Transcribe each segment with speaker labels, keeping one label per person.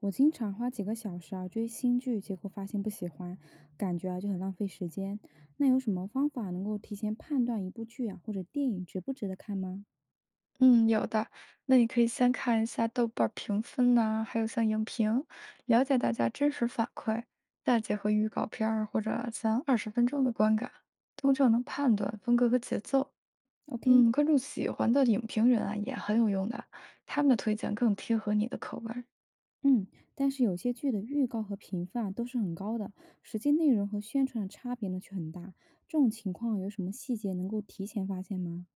Speaker 1: 我经常花几个小时啊追新剧，结果发现不喜欢，感觉啊就很浪费时间。那有什么方法能够提前判断一部剧啊或者电影值不值得看吗
Speaker 2: 嗯，有的。那你可以先看一下豆瓣儿评分呐、还有像影评，了解大家真实反馈，再结合预告片儿或者前二十分钟的观感，通常能判断风格和节奏。
Speaker 1: ？OK，
Speaker 2: 嗯，关注喜欢的影评人啊，也很有用的，他们的推荐更贴合你的口味儿。
Speaker 1: 嗯，但是有些剧的预告和评分啊都是很高的，实际内容和宣传的差别呢却很大。这种情况有什么细节能够提前发现吗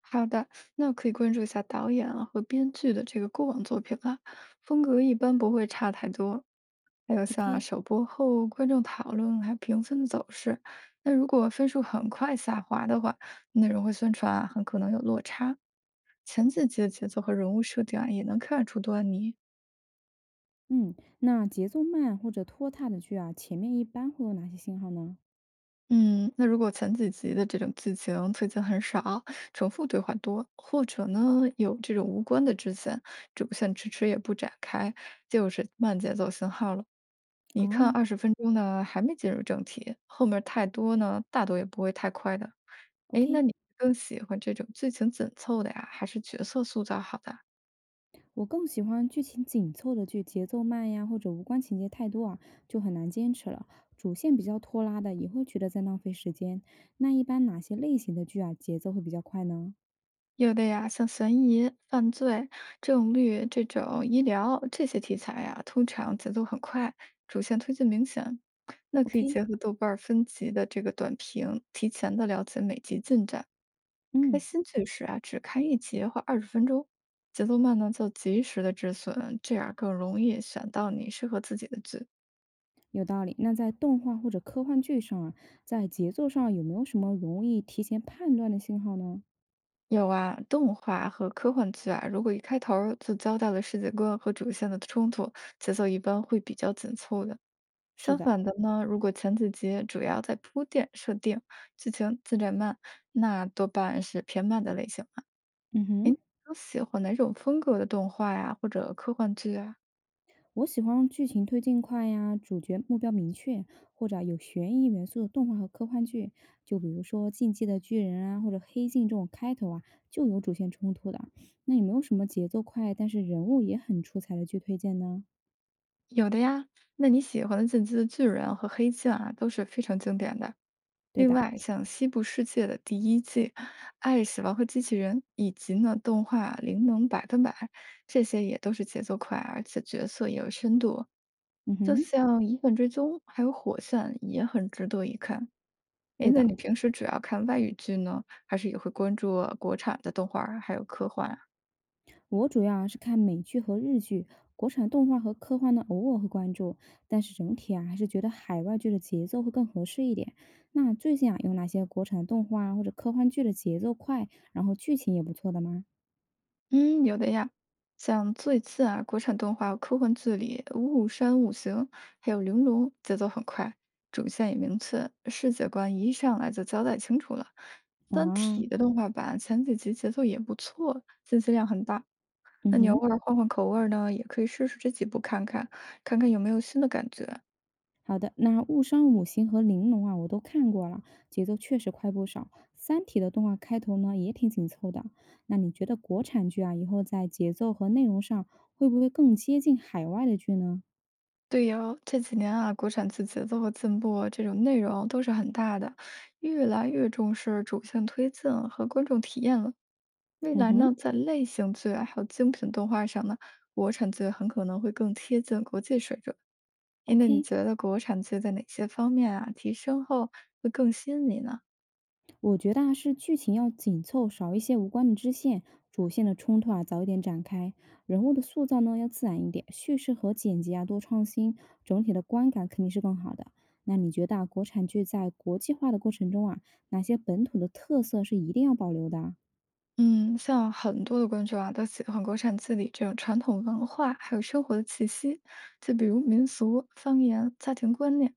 Speaker 2: 好的，那可以关注一下导演啊和编剧的这个过往作品啊，风格一般不会差太多。还有像
Speaker 1: ？OK，
Speaker 2: 首播后观众讨论还有评分的走势，那如果分数很快下滑的话，内容和宣传啊很可能有落差。前几集的节奏和人物设定啊，也能看出端倪。
Speaker 1: 嗯，那节奏慢或者拖沓的剧啊，前面一般会有哪些信号呢？
Speaker 2: 嗯，那如果前几集的这种剧情推进很少，重复对话多，或者呢有这种无关的支线，主线迟迟也不展开，就是慢节奏信号了。
Speaker 1: 啊
Speaker 2: 你看二十分钟呢，还没进入正题，后面太多呢，大多也不会太快的。哎，那
Speaker 1: ，OK。
Speaker 2: 你更喜欢这种剧情紧凑的呀，还是角色塑造好的啊
Speaker 1: 我更喜欢剧情紧凑的剧，节奏慢呀，或者无关情节太多啊，就很难坚持了。主线比较拖拉的，也会觉得在浪费时间。那一般哪些类型的剧啊，节奏会比较快呢
Speaker 2: 有的呀，像悬疑、犯罪、正律这种医疗这些题材呀，通常节奏很快，主线推进明显。那可以
Speaker 1: ？OK，
Speaker 2: 结合豆瓣儿分级的这个短评，提前的了解每集进展。开
Speaker 1: 嗯，
Speaker 2: 新剧时啊，只看一集或二十分钟，节奏慢呢就及时的止损，这样更容易选到你适合自己的剧。
Speaker 1: 有道理。那在动画或者科幻剧上啊，在节奏上有没有什么容易提前判断的信号呢？
Speaker 2: 有啊，动画和科幻剧啊，如果一开头儿就交代了世界观和主线的冲突，节奏一般会比较紧凑的。
Speaker 1: 是
Speaker 2: 相
Speaker 1: 的，
Speaker 2: 反的呢，如果前几集主要在铺垫设定，剧情进展慢，那多半是偏慢的类型了。
Speaker 1: 嗯哼。
Speaker 2: 都喜欢哪种风格的动画呀，或者科幻剧啊？
Speaker 1: 我喜欢剧情推进快呀，主角目标明确，或者有悬疑元素的动画和科幻剧，就比如说《进击的巨人》啊，或者《黑镜》这种开头啊就有主线冲突的。那有没有什么节奏快，但是人物也很出彩的剧推荐呢？
Speaker 2: 有的呀。那你喜欢的《进击的巨人》和《黑镜》啊，都是非常经典的。
Speaker 1: 对
Speaker 2: 另
Speaker 1: 的，
Speaker 2: 外，像《西部世界》的第一季，《爱死亡和机器人》，以及呢动画《灵能百分百》，这些也都是节奏快，而且角色也有深度。
Speaker 1: 嗯
Speaker 2: 就
Speaker 1: 哼，
Speaker 2: 像《疑本追踪》还有《火线》也很值得一看。哎，
Speaker 1: 对
Speaker 2: 那
Speaker 1: 的。
Speaker 2: 你平时主要看外语剧呢，还是也会关注国产的动画儿还有科幻啊？
Speaker 1: 我主要啊是看美剧和日剧，国产动画和科幻呢偶尔会关注，但是整体啊还是觉得海外剧的节奏会更合适一点。那最近啊有哪些国产动画啊或者科幻剧的节奏快，然后剧情也不错的吗？
Speaker 2: 嗯，有的呀，像最近啊，国产动画科幻剧里，《雾山五行》还有《玲珑》节奏很快，主线也明确，世界观一上来就交代清楚了。《三
Speaker 1: 啊，
Speaker 2: 体》的动画版前几集节奏也不错，信息量很大。
Speaker 1: 嗯
Speaker 2: 那你偶
Speaker 1: 哼，
Speaker 2: 尔换换口味儿呢，也可以试试这几部看看，看看有没有新的感觉。
Speaker 1: 好的，那《误伤五行》和《玲珑》啊我都看过了，节奏确实快不少。《三体》的动画开头呢也挺紧凑的。那你觉得国产剧啊以后在节奏和内容上会不会更接近海外的剧呢？
Speaker 2: 对哟，这几年啊，国产剧节奏和进步，这种内容都是很大的，越来越重视主线推进和观众体验了。未
Speaker 1: 嗯
Speaker 2: 来呢，
Speaker 1: 哼
Speaker 2: 在类型剧啊还有精品动画上呢，国产剧很可能会更贴近国际水准。哎，那你
Speaker 1: ，OK。
Speaker 2: 觉得国产剧在哪些方面啊提升后会更吸引你呢？
Speaker 1: 我觉得啊，是剧情要紧凑，少一些无关的支线，主线的冲突啊早一点展开，人物的塑造呢要自然一点，叙事和剪辑啊多创新，整体的观感肯定是更好的。那你觉得啊，国产剧在国际化的过程中啊，哪些本土的特色是一定要保留的啊？
Speaker 2: 嗯，像很多的观众啊，都喜欢国产剧里这种传统文化还有生活的气息，就比如民俗、方言、家庭观念。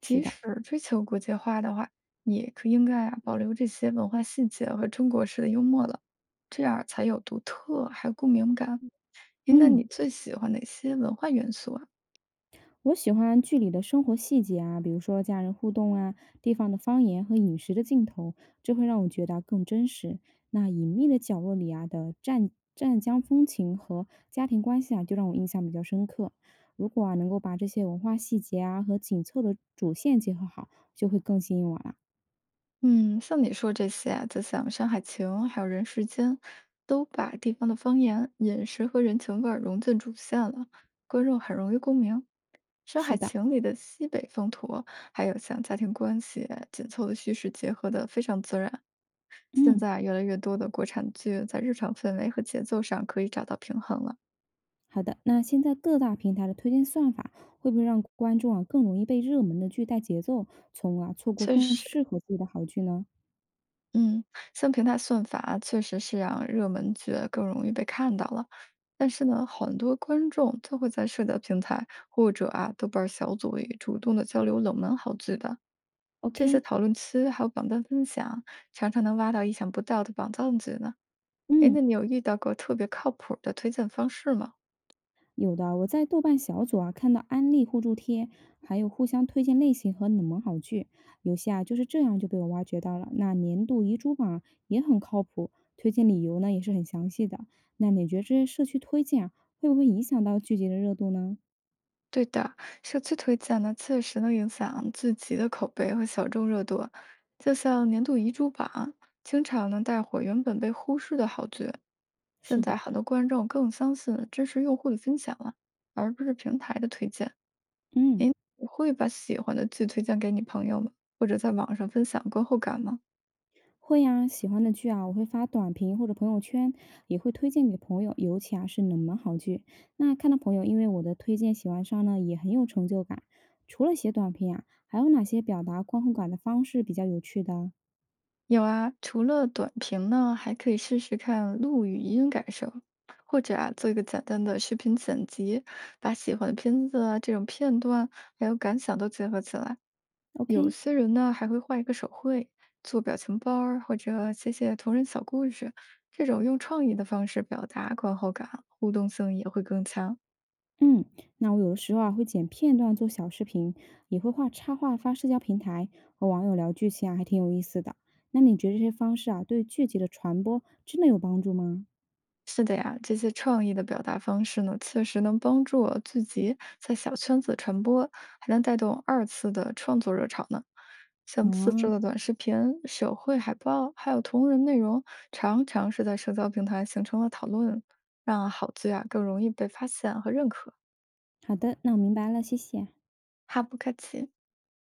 Speaker 1: 是
Speaker 2: 即
Speaker 1: 的，
Speaker 2: 使追求国际化的话，也可应该啊保留这些文化细节和中国式的幽默了，这样才有独特还有共鸣感。诶，那
Speaker 1: 嗯。
Speaker 2: 你最喜欢哪些文化元素啊？
Speaker 1: 我喜欢剧里的生活细节啊，比如说家人互动啊、地方的方言和饮食的镜头，这会让我觉得更真实。那隐秘的角落里啊的湛江风情和家庭关系啊，就让我印象比较深刻。如果啊能够把这些文化细节啊和紧凑的主线结合好，就会更吸引我了。
Speaker 2: 嗯，像你说这些啊，就像《山海情》还有《人世间》，都把地方的方言、饮食和人情味儿融进主线了，观众很容易共鸣。《山
Speaker 1: 是
Speaker 2: 海
Speaker 1: 的，
Speaker 2: 情》里的西北风土，还有像家庭关系紧凑的叙事结合的非常自然。现
Speaker 1: 嗯，
Speaker 2: 在越来越多的国产剧在日常氛围和节奏上可以找到平衡了。
Speaker 1: 好的。那现在各大平台的推荐算法会不会让观众啊更容易被热门的剧带节奏，从而错过
Speaker 2: 确
Speaker 1: 更
Speaker 2: 实，
Speaker 1: 适合自己的好剧呢
Speaker 2: 嗯，像平台算法确实是让热门剧更容易被看到了，但是呢，很多观众都会在社交平台或者啊豆瓣儿小组里主动的交流冷门好剧的，这些
Speaker 1: ？OK，
Speaker 2: 讨论区还有榜单分享，常常能挖到意想不到的宝藏剧呢。哎，那
Speaker 1: 嗯，
Speaker 2: 你有遇到过特别靠谱的推荐方式吗？
Speaker 1: 有的。我在豆瓣小组啊看到安利互助贴，还有互相推荐类型和冷门好剧，有些啊就是这样就被我挖掘到了。那年度遗珠榜也很靠谱，推荐理由呢也是很详细的。那你觉得这些社区推荐啊，会不会影响到剧集的热度呢？
Speaker 2: 对的，社区推荐呢，确实能影响自己的口碑和小众热度。就像年度遗珠榜，经常能带火原本被忽视的好剧。
Speaker 1: 是
Speaker 2: 现在
Speaker 1: 的，
Speaker 2: 很多观众更相信真实用户的分享了，而不是平台的推荐。
Speaker 1: 嗯。
Speaker 2: 您会把喜欢的剧推荐给你朋友吗？或者在网上分享观后感吗？
Speaker 1: 会呀，喜欢的剧啊，我会发短评或者朋友圈，也会推荐给朋友，尤其啊是冷门好剧。那看到朋友因为我的推荐喜欢上呢，也很有成就感。除了写短评啊，还有哪些表达观后感的方式比较有趣的
Speaker 2: 有啊，除了短评呢，还可以试试看录语音感受，或者啊，做一个简单的视频剪辑，把喜欢的片子啊这种片段还有感想都结合起来。有
Speaker 1: ？OK，
Speaker 2: 些人呢还会画一个手绘，做表情包儿，或者写写同人小故事，这种用创意的方式表达观后感，互动性也会更强。
Speaker 1: 嗯，那我有的时候啊会剪片段做小视频，也会画插画发社交平台，和网友聊剧情啊，还挺有意思的。那你觉得这些方式啊，对剧集的传播真的有帮助吗？
Speaker 2: 是的呀，这些创意的表达方式呢，确实能帮助我聚集在小圈子传播，还能带动二次的创作热潮呢。像自
Speaker 1: 啊，
Speaker 2: 制的短视频、手绘海报，还有同人内容，常常是在社交平台形成了讨论，让好剧啊更容易被发现和认可。
Speaker 1: 好的，那我明白了，谢谢。
Speaker 2: 哈不客气。